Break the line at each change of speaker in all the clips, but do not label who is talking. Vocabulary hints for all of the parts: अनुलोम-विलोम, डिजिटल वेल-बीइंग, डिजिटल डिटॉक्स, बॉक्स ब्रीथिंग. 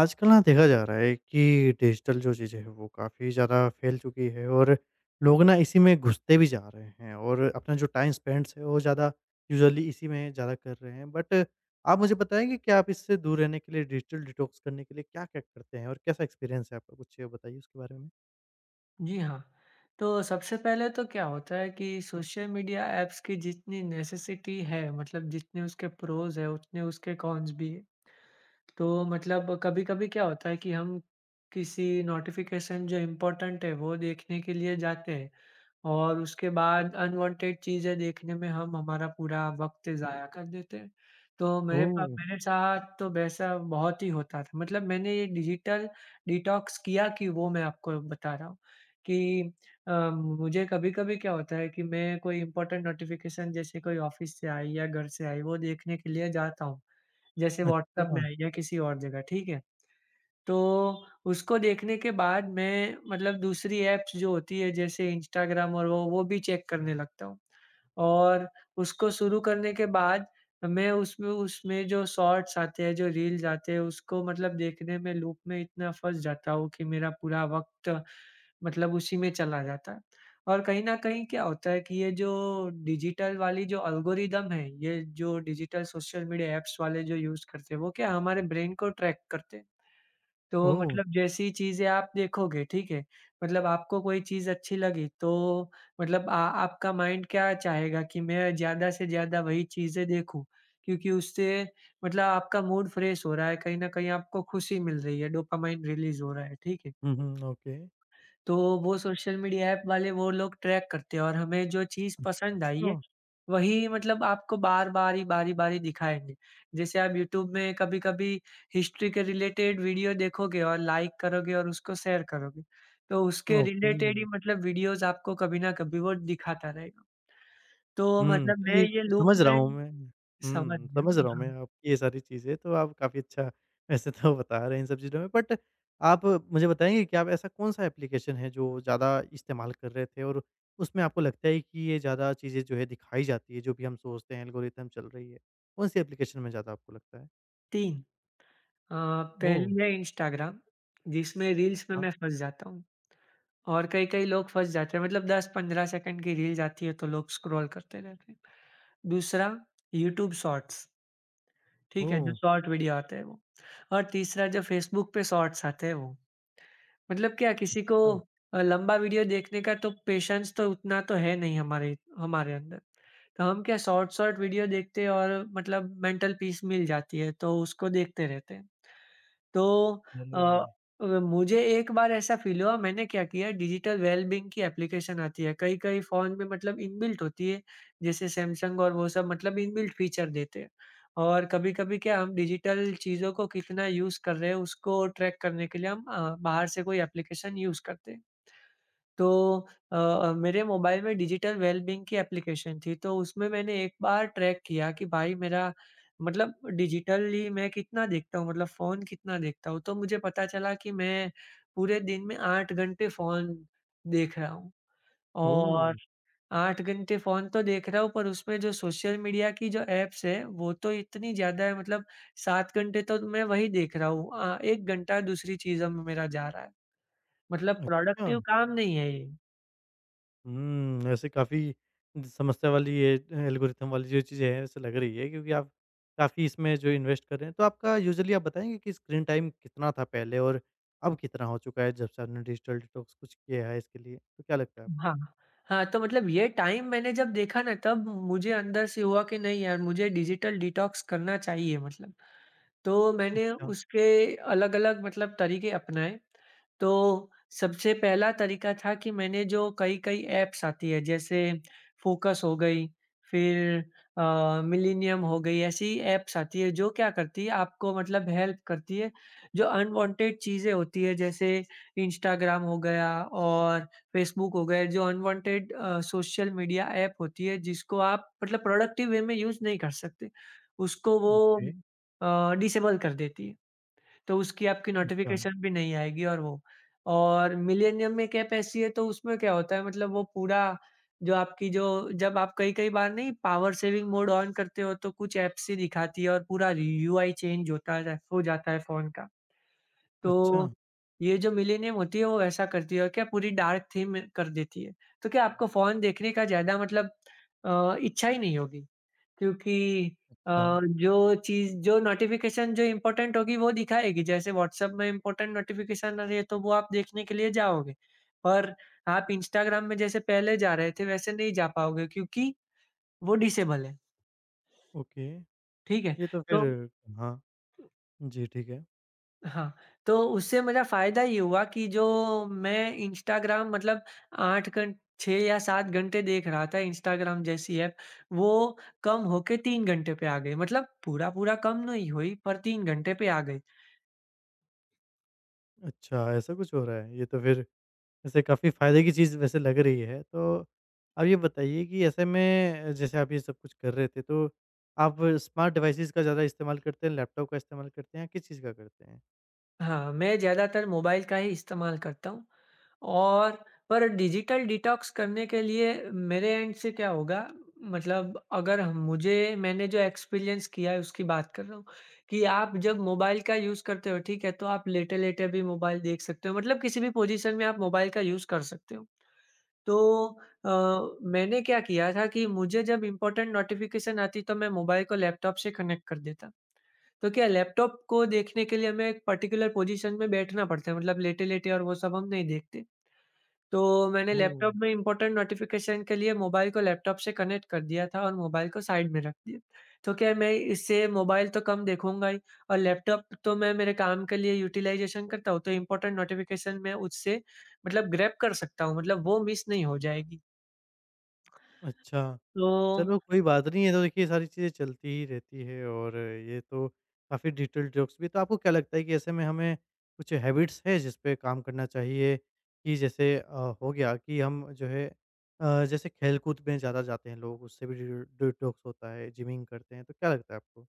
आजकल ना देखा जा रहा है कि digital जो चीज़ें हैं वो काफ़ी ज़्यादा फैल चुकी है और लोग ना इसी में घुसते भी जा रहे हैं और अपना जो टाइम स्पेंड्स है वो ज़्यादा यूजुअली इसी में ज़्यादा कर रहे हैं। बट आप मुझे बताएँगे कि आप इससे दूर रहने के लिए डिजिटल डिटॉक्स करने के लिए क्या-क्या करते हैं और कैसा एक्सपीरियंस है आपका? कुछ बताइए उसके बारे में?
जी हाँ, तो सबसे पहले तो क्या होता है कि सोशल मीडिया ऐप्स की जितनी नेसेसिटी है, मतलब जितने उसके प्रोज़ हैं, उतने उसके कॉन्स भी हैं। तो मतलब कभी-कभी क्या होता है कि हम किसी नोटिफ़िकेशन जो इम्पोर्टेंट है, वो देखने के लिए जाते हैं। और उसके बाद अनवांटेड चीज़ें देखने में हम हमारा पूरा वक़्त ज़ाया कर देते हैं। तो
ओह!
मेरे साथ तो वैसा बहुत ही होता था। मतलब मैंने ये डिजिटल डिटॉक्स किया, कि वो मैं आपको बता रहा हूँ कि मुझे कभी-कभी क्या होता है कि मैं कोई इम्पोर्टेंट नोटिफ़िकेशन, जैसे कोई ऑफ़िस से आई या घर से आई, वो देखने के लिए जाता हूँ। जैसे व्हाट्सएप में
अच्छा।
आई या किसी और जगह, ठीक है? तो उसको देखने के बाद मैं मतलब दूसरी ऐप्स जो होती है, जैसे इंस्टाग्राम, और वो भी चेक करने लगता हूँ। और उसको शुरू करने के बाद मैं उसमें उसमें जो शॉर्ट्स आते हैं, जो रील्स आते हैं, उसको मतलब देखने में लूप में इतना फँस जाता हूँ कि मेरा पूरा वक़्त मतलब उसी में चला जाता है। और कहीं न कहीं क्या होता है कि ये जो डिजिटल वाली जो एल्गोरिदम है, ये जो डिजिटल सोशल मीडिया ऐप्स वाले जो यूज़ करते हैं, वो क्या हमारे ब्रेन को ट्रैक करते हैं। तो
ओह!
मतलब जैसी चीज़ें आप देखोगे, ठीक है? मतलब आपको कोई चीज़ अच्छी लगी, तो मतलब आ आपका माइंड क्या चाहेगा कि मैं ज़्यादा से ज़्यादा वही चीज़ें देखूँ, क्योंकि उससे मतलब आपका मूड फ्रेश हो रहा है, कहीं न कहीं आपको खुशी मिल रही है, डोपामाइन रिलीज़ हो रहा है, ठीक है?
हुँ, हुँ। ओके।
तो वो सोशल मीडिया ऐप वाले, वो लोग ट्रैक करते हैं, और हमें जो चीज़ पसंद आई
अच्छा।
है, वही मतलब आपको बार-बार ही, बारी-बारी दिखाएँगे। जैसे आप यूट्यूब में कभी-कभी हिस्ट्री के रिलेटेड वीडियो देखोगे और लाइक करोगे और उसको शेयर करोगे, तो उसके
ओके।
रिलेटेड ही मतलब वीडियोज़ आपको कभी ना कभी वो दिखाता रहेगा। तो
हुँ,
मतलब मैं
चलिए
ये लूप
समझ रहा
में
हूँ मैं।
समझ
हुँ,
गया।
समझ रहा हूँ मैं
हाँ।
आपकी ये सारी चीज़ें, तो आप काफ़ी अच्छा वैसे तो बता रहे हैं इन सब चीज़ों में। बट आप मुझे बताएँगे कि आप ऐसा कौन-सा एप्लीकेशन है जो ज़्यादा इस्तेमाल कर रहे थे और उसमें आपको लगता है कि ये ज़्यादा चीज़ें जो है दिखाई जाती है, जो भी हम सोचते हैं एल्गोरिथम चल रही है? कौन-सी एप्लीकेशन में ज़्यादा आपको लगता है?
3, अ,
ओह!
पहली है इंस्टाग्राम, जिसमें रील्स में
अच्छा।
मैं फँस जाता हूँ। और कई-कई लोग फँस जाते हैं, मतलब 10-15 सेकंड की रील्स आती है, तो लोग स्क्रॉल करते रहते हैं। दूसरा, यूट्यूब शॉर्ट्स, ठीक है? जो
ओह!
शॉर्ट वीडियो आते हैं, वो। और तीसरा, जो फेसबुक पे शॉर्ट्स आते हैं, वो। मतलब क्या, किसी को
हाँ।
लंबा वीडियो देखने का तो पेशेंस तो उतना तो है नहीं हमारे हमारे अंदर। तो हम क्या शॉर्ट-शॉर्ट वीडियो देखते हैं, और मतलब मेंटल पीस मिल जाती है, तो उसको देखते रहते हैं। तो अ
अरे!
मुझे एक बार ऐसा फ़ील हुआ, मैंने क्या किया, डिजिटल वेल-बीइंग की एप्लीकेशन आती है, कई-कई फ़ोन में मतलब इनबिल्ट होती है, जैसे सैमसंग और वो सब मतलब इनबिल्ट फीचर देते हैं। और कभी-कभी क्या, हम डिजिटल चीज़ों को कितना यूज़ कर रहे हैं उसको ट्रैक करने के लिए हम बाहर से कोई एप्लीकेशन यूज़ करते हैं। तो मेरे मोबाइल में डिजिटल वेलबींग की एप्लीकेशन थी, तो उसमें मैंने एक बार ट्रैक किया कि भाई, मेरा मतलब डिजिटली मैं कितना देखता हूँ, मतलब फ़ोन कितना देखता हूँ, तो मुझे पता चला कि मैं पूरे दिन में 8 घंटे फ़ोन देख रहा हूँ।
ओह!
और 8 घंटे फ़ोन तो देख रहा हूँ, पर उसमें जो सोशल मीडिया की जो ऐप्स है, वो तो इतनी ज़्यादा है, मतलब 7 घंटे तो मैं वही देख रहा हूँ। 1 घंटा दूसरी चीज़ों में मेरा जा रहा है, मतलब
अच्छा।
प्रोडक्टिव काम नहीं है ये।
हुँ, ऐसे काफ़ी समस्या वाली ये एल्गोरिथम वाली जो चीज़ें हैं ऐसे लग रही है क्योंकि आप काफ़ी इसमें जो इन्वेस्ट कर रहे हैं। तो आपका यूजुअली आप बताएँगे कि स्क्रीन टाइम कितना था पहले और अब कितना हो चुका है जब से आपने डिजिटल डिटॉक्स कुछ किया है इसके लिए? तो क्या लगता है आपको?
हाँ, हाँ, तो मतलब ये टाइम मैंने जब देखा ना, तब मुझे अंदर से हुआ कि नहीं यार, मुझे डिजिटल डिटॉक्स करना चाहिए मतलब। तो मैंने
अच्छा,
उसके अलग-अलग मतलब तरीके अपनाए। तो सबसे पहला तरीका था कि मैंने जो कई-कई ऐप्स आती है, जैसे फ़ोकस हो गई, फिर अ, मिलेनियम हो गई, ऐसी ऐप्स आती है जो क्या करती है, आपको मतलब हेल्प करती है, जो अनवांटेड चीज़ें होती है, जैसे इंस्टाग्राम हो गया और फ़ेसबुक हो गया, जो अनवांटेड सोशल मीडिया ऐप होती है जिसको आप मतलब प्रोडक्टिव वे में यूज़ नहीं कर सकते। उसको वो
ओके,
डिसेबल कर देती है। तो उसकी आपकी
अच्छा।
नोटिफ़िकेशन भी नहीं आएगी, और मिलेनियम में कैप ऐसी है, तो उसमें क्या होता है, मतलब वो पूरा जो आपकी जो, जब आप कई-कई बार नहीं पावर सेविंग मोड ऑन करते हो, तो कुछ ऐप्स ही दिखाती है और पूरा यूआई चेंज होता है हो जाता है फ़ोन का।
अच्छा,
तो ये जो मिलेनियम होती है वो ऐसा करती है, और क्या पूरी डार्क थीम कर देती है। तो क्या आपको फ़ोन देखने का ज़्यादा मतलब इच्छा ही नहीं होगी। क्योंकि
अच्छा,
जो चीज़, जो नोटिफ़िकेशन जो इम्पोर्टेंट होगी, वो दिखाएगी, जैसे व्हाट्सएप में इम्पोर्टेंट नोटिफ़िकेशन आ रही है, तो वो आप देखने के लिए जाओगे। पर आप इंस्टाग्राम में जैसे पहले जा रहे थे वैसे नहीं जा पाओगे, क्योंकि वो डिसेबल है,
ओके।
ठीक है?
ये तो फिर
तो
हाँ, जी ठीक है।
हाँ, तो उससे मेरा फ़ायदा ये हुआ कि जो मैं इंस्टाग्राम मतलब 8 घंट 6 या 7 घंटे देख रहा था इंस्टाग्राम जैसी ऐप, वो कम होके 3 घंटे पे आ गई, मतलब पूरा-पूरा कम नहीं हुई, पर 3 घंटे पे आ गई।
अच्छा, ऐसा कुछ हो रहा है। ये तो फिर वैसे काफ़ी फ़ायदे की चीज़ वैसे लग रही है। तो आप ये बताइए कि ऐसे में जैसे आप ये सब कुछ कर रहे थे, तो आप स्मार्ट डिवाइसेज़ का ज़्यादा इस्तेमाल करते हैं, लैपटॉप का इस्तेमाल करते हैं या किस चीज़ का करते हैं?
हाँ, मैं ज़्यादातर मोबाइल का ही इस्तेमाल करता हूँ। और पर डिजिटल डिटॉक्स करने के लिए मेरे एंड से क्या होगा, मतलब अगर हम मुझे मैंने जो एक्सपीरियंस किया है उसकी बात कर रहा हूँ, कि आप जब मोबाइल का यूज़ करते हो, ठीक है, तो आप लेटे-लेटे भी मोबाइल देख सकते हो, मतलब किसी भी पोजीशन में आप मोबाइल का यूज़ कर सकते हो। तो अ, मैंने क्या किया था कि मुझे जब इम्पोर्टेंट नोटिफ़िकेशन आती, तो मैं मोबाइल को लैपटॉप से कनेक्ट कर देता, तो क्या, लैपटॉप को देखने के लिए हमें एक पर्टिकुलर पोजीशन में बैठना पड़ता है, मतलब लेटे-लेटे और वो सब हम नहीं देखते। तो मैंने
ओह!
लैपटॉप में इम्पोर्टेंट नोटिफ़िकेशन के लिए मोबाइल को लैपटॉप से कनेक्ट कर दिया था, और मोबाइल को साइड में रख दिया। तो क्या, मैं इससे मोबाइल तो कम देखूँगा ही, और लैपटॉप तो मैं मेरे काम के लिए यूटिलाइज़ेशन करता हूँ, तो इम्पोर्टेंट नोटिफ़िकेशन मैं उससे मतलब ग्रैब कर सकता हूँ, मतलब वो मिस नहीं हो जाएगी।
अच्छा।
तो
चलो कोई बात नहीं है तो देखिए ये सारी चीज़ें चलती ही रहती है और ये तो काफ़ी डिटेल्ड जोक्स भी तो आपको क्या लगता है कि ऐसे में हमें कुछ हैबिट्स है जिस पे काम करना चाहिए कि जैसे हो गया कि हम जो है जैसे खेलकूद में ज़्यादा जाते हैं लोग उससे भी डिटॉक्स होता है जिमिंग करते हैं तो क्या लगता है आपको?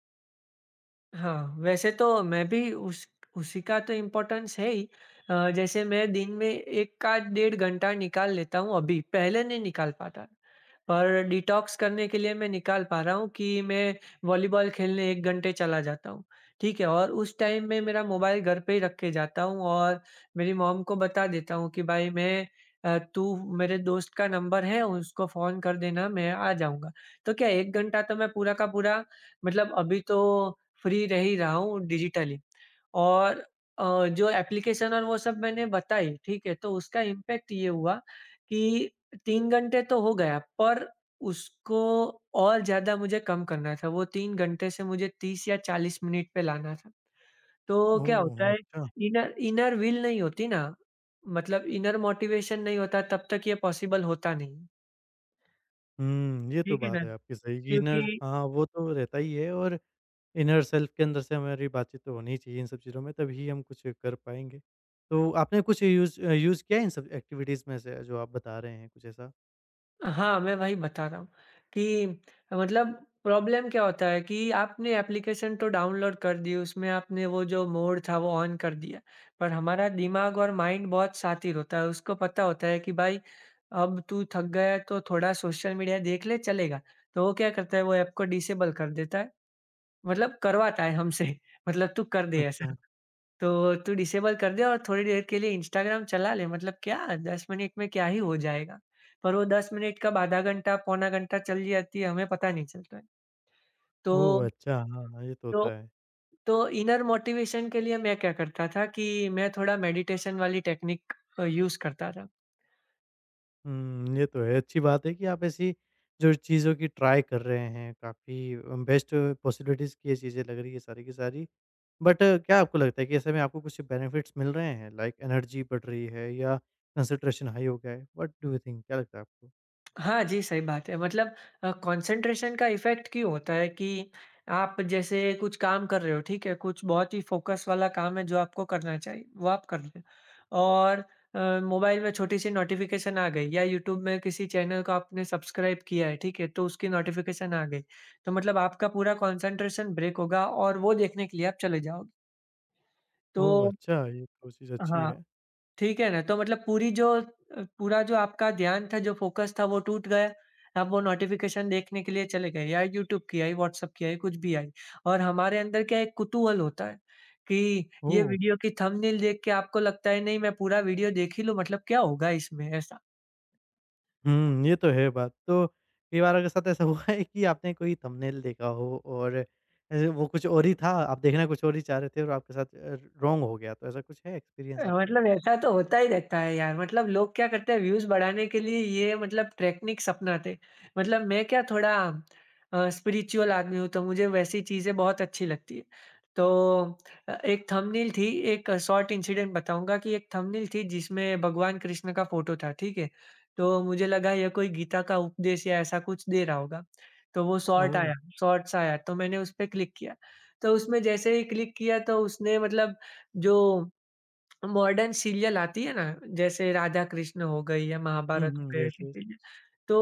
हाँ, वैसे तो मैं भी उस उसी का तो इम्पोर्टेंस है ही। जैसे मैं दिन में 1 का डेढ़ घंटा निकाल लेता हूँ अभी, पहले नहीं निकाल पाता। पर डिटॉक्स करने के लिए मैं निकाल पा रहा हूँ, कि मैं वॉलीबॉल खेलने 1 घंटे चला जाता हूँ, ठीक है? और उस टाइम में मेरा मोबाइल घर पे ही रख के जाता हूँ, और मेरी मॉम को बता देता हूँ कि भाई, तू, मेरे दोस्त का नंबर है, उसको फ़ोन कर देना, मैं आ जाऊँगा। तो क्या, 1 घंटा तो मैं पूरा का पूरा मतलब अभी तो फ्री रह ही रहा हूँ डिजिटली। और जो एप्लीकेशन और वो सब मैंने बताई, ठीक है? तो उसका इम्पैक्ट ये हुआ कि 3 घंटे तो हो गया, पर उसको और ज़्यादा मुझे कम करना था। वो 3 घंटे से मुझे 30 या 40 मिनट पे लाना था। तो क्या होता
ओह!
है,
अच्छा।
इनर इनर व्हील नहीं होती ना, मतलब इनर मोटिवेशन नहीं होता, तब तक ये पॉसिबल होता नहीं है।
हुँ, ये तो
ठीक है
बात
ना?
है आपकी सही कि
क्योंकि
इनर हाँ, वो तो रहता ही है और इनर सेल्फ के अंदर से हमारी बातचीत तो होनी ही चाहिए इन सब चीज़ों में, तभी हम कुछ कर पाएँगे। तो आपने कुछ यूज़ यूज़ किया है इन सब एक्टिविटीज़ में से जो आप बता रहे हैं, कुछ ऐसा?
हाँ, मैं वही बता रहा हूँ कि मतलब प्रॉब्लम क्या होता है कि आपने एप्लीकेशन तो डाउनलोड कर दी, उसमें आपने वो जो मोड था वो ऑन कर दिया। पर हमारा दिमाग और माइंड बहुत शातिर होता है, उसको पता होता है कि भाई, अब तू थक गया है, तो थोड़ा सोशल मीडिया देख ले, चलेगा। तो वो क्या करता है, वो ऐप को डिसेबल कर देता है, मतलब करवाता है हमसे मतलब तू कर दे ऐसा।
अच्छा।
तो तू डिसेबल कर दे और थोड़ी देर के लिए इंस्टाग्राम चला ले, मतलब क्या, 10 मिनट में क्या ही हो जाएगा। पर वो 10 मिनट कब आधा घंटा, पौना घंटा चली जाती है, हमें पता नहीं चलता है। तो
ओह! अच्छा, हाँ, हाँ, ये तो
तो
होता है।
तो इनर मोटिवेशन के लिए मैं क्या करता था कि मैं थोड़ा मेडिटेशन वाली टेक्निक यूज़ करता था।
हुँ, ये तो है, अच्छी बात है कि आप ऐसी जो चीज़ों की ट्राई कर रहे हैं, काफ़ी बेस्ट पॉसिबिलिटीज़ की ये चीज़ें लग रही है सारी की सारी। बट क्या आपको लगता है कि ऐसे में आपको कुछ बेनिफिट्स मिल रहे हैं, लाइक एनर्जी बढ़ रही है या कंसंट्रेशन हाई हो गया है? व्हाट डू यू थिंक क्या लगता है आपको?
हाँ जी, सही बात है। मतलब कंसंट्रेशन का इफ़ेक्ट क्यों होता है कि आप जैसे कुछ काम कर रहे हो, ठीक है? कुछ बहुत ही फ़ोकस वाला काम है जो आपको करना चाहिए, वो आप कर रहे हो, और मोबाइल में छोटी-सी नोटिफ़िकेशन आ गई, या यूट्यूब में किसी चैनल को आपने सब्सक्राइब किया है, ठीक है? तो उसकी नोटिफ़िकेशन आ गई। तो मतलब आपका पूरा कंसंट्रेशन ब्रेक होगा, और वो देखने के लिए आप चले जाओगे।
ओह!
तो
अच्छा, ये तो चीज़ अच्छी
हाँ,
है।
ठीक है ना, तो मतलब पूरा जो आपका ध्यान था, जो फ़ोकस था, वो टूट गया। आप वो नोटिफ़िकेशन देखने के लिए चले गए, या यूट्यूब की आई, व्हाट्सएप की आई, कुछ भी आई। और हमारे अंदर क्या, एक कुतूहल होता है कि ये
ओह!
वीडियो की थंबनेल देख के आपको लगता है, नहीं, मैं पूरा वीडियो देख ही लूँ, मतलब क्या होगा इसमें ऐसा?
हुँ, ये तो है बात। तो कई बार आपके साथ ऐसा हुआ है कि आपने कोई थंबनेल देखा हो और वो कुछ और ही था, आप देखना कुछ और ही चाह रहे थे और आपके साथ रॉन्ग हो गया, तो ऐसा कुछ है एक्सपीरियंस आपका?
मतलब ऐसा तो होता ही रहता है यार। मतलब लोग क्या करते हैं व्यूज़ बढ़ाने के लिए ये मतलब टेक्निक्स अपनाते हैं। मतलब मैं क्या थोड़ा स्पिरिचुअल आदमी हूँ, तो मुझे वैसी चीज़ें बहुत अच्छी लगती है। तो एक थंबनेल थी, एक शॉर्ट इंसिडेंट बताऊँगा कि एक थंबनेल थी जिसमें भगवान कृष्ण का फ़ोटो था, ठीक है? तो मुझे लगा ये कोई गीता का उपदेश या ऐसा कुछ दे रहा होगा। तो वो शॉर्ट
ओह!
आया शॉर्ट्स आया, तो मैंने उस पे क्लिक किया। तो उसमें जैसे ही क्लिक किया तो उसने मतलब जो मॉडर्न सीरियल आती है ना, जैसे राधा कृष्ण हो गई या
हुँ,
महाभारत हो
हुँ,
गए
येस,
ऐसी
येस।
सीरियल, तो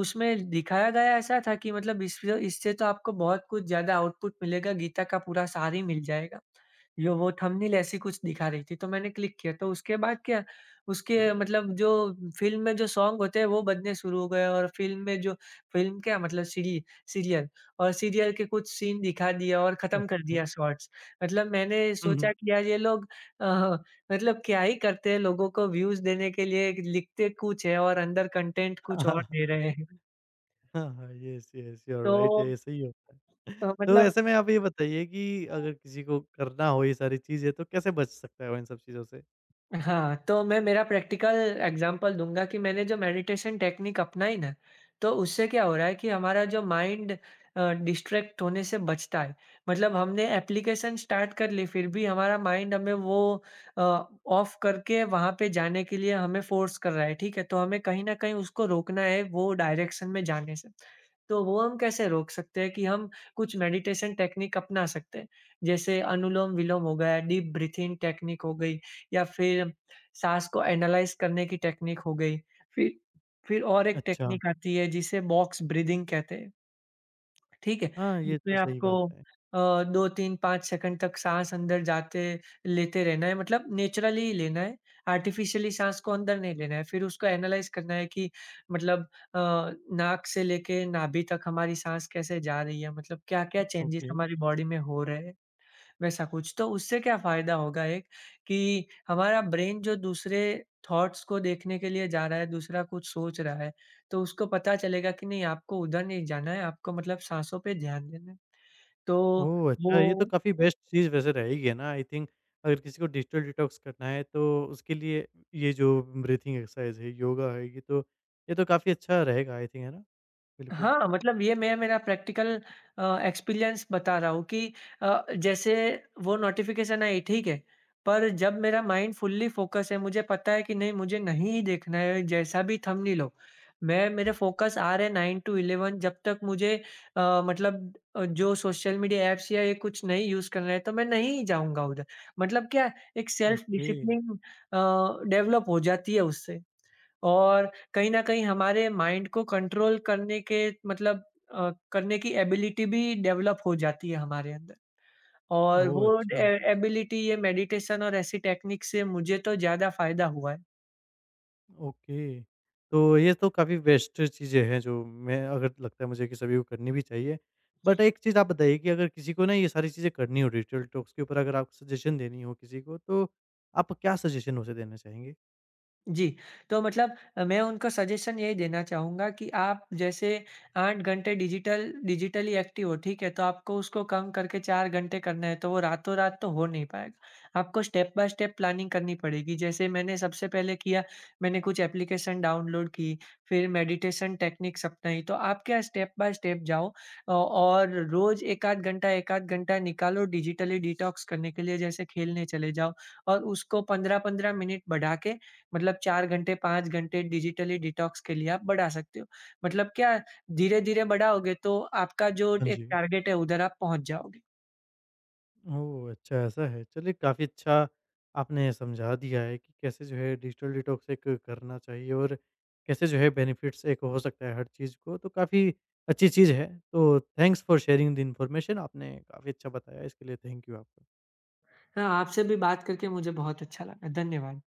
उसमें दिखाया गया ऐसा था कि मतलब इस इससे तो आपको बहुत कुछ ज़्यादा आउटपुट मिलेगा, गीता का पूरा सार ही मिल जाएगा। जो वो थंबनेल ऐसी कुछ दिखा रही थी, तो मैंने क्लिक किया, तो उसके बाद क्या, उसके मतलब जो फ़िल्म में जो सॉन्ग होते हैं वो बजने शुरू हो गए और फ़िल्म में जो फ़िल्म क्या मतलब सीरी सीरियल और सीरियल के कुछ सीन दिखा दिया और ख़त्म कर
अच्छा।
दिया शॉर्ट्स। मतलब मैंने
हुँ,
सोचा
हुँ।
कि यार ये लोग अ, मतलब क्या ही करते हैं, लोगों को व्यूज़ देने के लिए लिखते कुछ है और अंदर कंटेंट कुछ और दे रहे हैं।
हाँ, हाँ, yes, yes, you are right,
तो
ऐसा ही होता है।
अ,
तो
मतलब
ऐसे में आप ये बताइए कि अगर किसी को करना हो ये सारी चीज़ें, तो कैसे बच सकता है वो इन सब चीज़ों से?
हाँ, तो मैं मेरा प्रैक्टिकल एग्ज़ाम्पल दूँगा कि मैंने जो मेडिटेशन टेक्निक अपनाई ना, तो उससे क्या हो रहा है कि हमारा जो माइंड डिस्ट्रैक्ट होने से बचता है। मतलब हमने एप्लीकेशन स्टार्ट कर ली, फिर भी हमारा माइंड हमें वो अ, ऑफ करके वहाँ पे जाने के लिए हमें फ़ोर्स कर रहा है, ठीक है? तो हमें कहीं न कहीं उसको रोकना है वो डायरेक्शन में जाने से। तो वो हम कैसे रोक सकते हैं कि हम कुछ मेडिटेशन टेक्निक अपना सकते हैं। जैसे अनुलोम-विलोम हो गया, डीप ब्रीथिंग टेक्निक हो गई। या फिर साँस को एनालाइज़ करने की टेक्निक हो गई। फिर फिर और एक
अच्छा।
टेक्निक आती है जिसे बॉक्स ब्रीथिंग कहते हैं, ठीक है?
हाँ, ये
जिसमें
तो सही
आपको
बात है।
2, 3, 5 सेकंड तक साँस अंदर जाते लेते रहना है मतलब नेचुरली ही लेना है, आर्टिफ़िशियली साँस को अंदर नहीं लेना है। फिर उसको एनालाइज़ करना है कि मतलब अ, नाक से लेके नाभि तक हमारी साँस कैसे जा रही है, मतलब क्या-क्या चेंजेज़
ओके।
हमारी बॉडी में हो रहे हैं। वैसा कुछ। तो उससे क्या फ़ायदा होगा एक कि हमारा ब्रेन जो दूसरे थॉट्स को देखने के लिए जा रहा है, दूसरा कुछ सोच रहा है, तो उसको पता चलेगा कि नहीं आपको उधर नहीं जाना है, आपको मतलब साँसों पे ध्यान देना है। तो
ओह!
वो
अच्छा, ये तो काफ़ी बेस्ट चीज़ वैसे रहेगी, है ना? आई थिंक अगर किसी को डिजिटल डिटॉक्स करना है तो उसके लिए ये जो ब्रीथिंग एक्सरसाइज है, योगा है, ये तो काफ़ी अच्छा रहेगा आई थिंक, है ना? बिल्कुल।
हाँ, मतलब ये मैं मेरा प्रैक्टिकल एक्सपीरियंस बता रहा हूँ कि जैसे वो नोटिफ़िकेशन आई, ठीक है। पर जब मेरा माइंड फुल्ली फ़ोकस है, मुझे पता है कि नहीं मुझे नहीं ही देखना है जैसा भी थंबनेल हो। मैं मेरे फ़ोकस आ रहे 9 टू 11 जब तक मुझे अ, मतलब अ, जो सोशल मीडिया ऐप्स या ये कुछ नहीं यूज़ करना है तो मैं नहीं जाऊँगा उधर। मतलब क्या एक सेल्फ
ओके।
डिसिप्लिन डेवलप हो जाती है उससे। और कहीं न कहीं हमारे माइंड को कंट्रोल करने के मतलब अ, करने की एबिलिटी भी डेवलप हो जाती है हमारे अंदर और वो
ओह! अच्छा,
ए एबिलिटी ये मेडिटेशन और ऐसी टेक्निक से मुझे तो ज़्यादा फ़ायदा हुआ है।
ओके। तो ये तो काफ़ी बेस्ट चीज़ें हैं जो मैं अगर लगता है मुझे कि सभी को करनी भी चाहिए। बट एक चीज़ आप बताइए कि अगर किसी को ना ये सारी चीज़ें करनी हो डिजिटल डिटॉक्स के ऊपर अगर आप सजेशन देनी हो किसी को, तो आप क्या सजेशन उसे देना चाहेंगे?
जी, तो मैं उनको सजेशन यही देना चाहूँगा कि आप जैसे 8 घंटे डिजिटली एक्टिव हो, ठीक है? तो आपको उसको कम करके 4 घंटे करना है, तो वो रातों-रात तो हो नहीं पाएगा। आपको स्टेप बाय स्टेप प्लानिंग करनी पड़ेगी। जैसे मैंने सबसे पहले किया, मैंने कुछ एप्लीकेशन डाउनलोड की, फिर मेडिटेशन टेक्निक्स अपनाई। तो आप क्या स्टेप बाय स्टेप जाओ और रोज़ 1 आध घंटा 1 आध घंटा निकालो डिजिटली डिटॉक्स करने के लिए, जैसे खेलने चले जाओ और उसको 15-15 मिनट बढ़ा के मतलब 4 घंटे, 5 घंटे डिजिटली डिटॉक्स के लिए आप बढ़ा सकते हो। मतलब क्या धीरे-धीरे बढ़ाओगे तो आपका जो
हाँ
एक
जी।
टारगेट है उधर आप पहुँच जाओगे।
ओह! अच्छा ऐसा है। चलिए काफ़ी अच्छा आपने समझा दिया है कि कैसे जो है डिजिटल डिटॉक्स एक करना चाहिए और कैसे जो है बेनिफिट्स एक हो सकता है हर चीज़ को, तो काफ़ी अच्छी चीज़ है। तो thanks for sharing the information आपने काफ़ी अच्छा बताया, इसके लिए थैंक यू आपका।
हाँ, आपसे भी बात करके मुझे बहुत अच्छा लगा। धन्यवाद।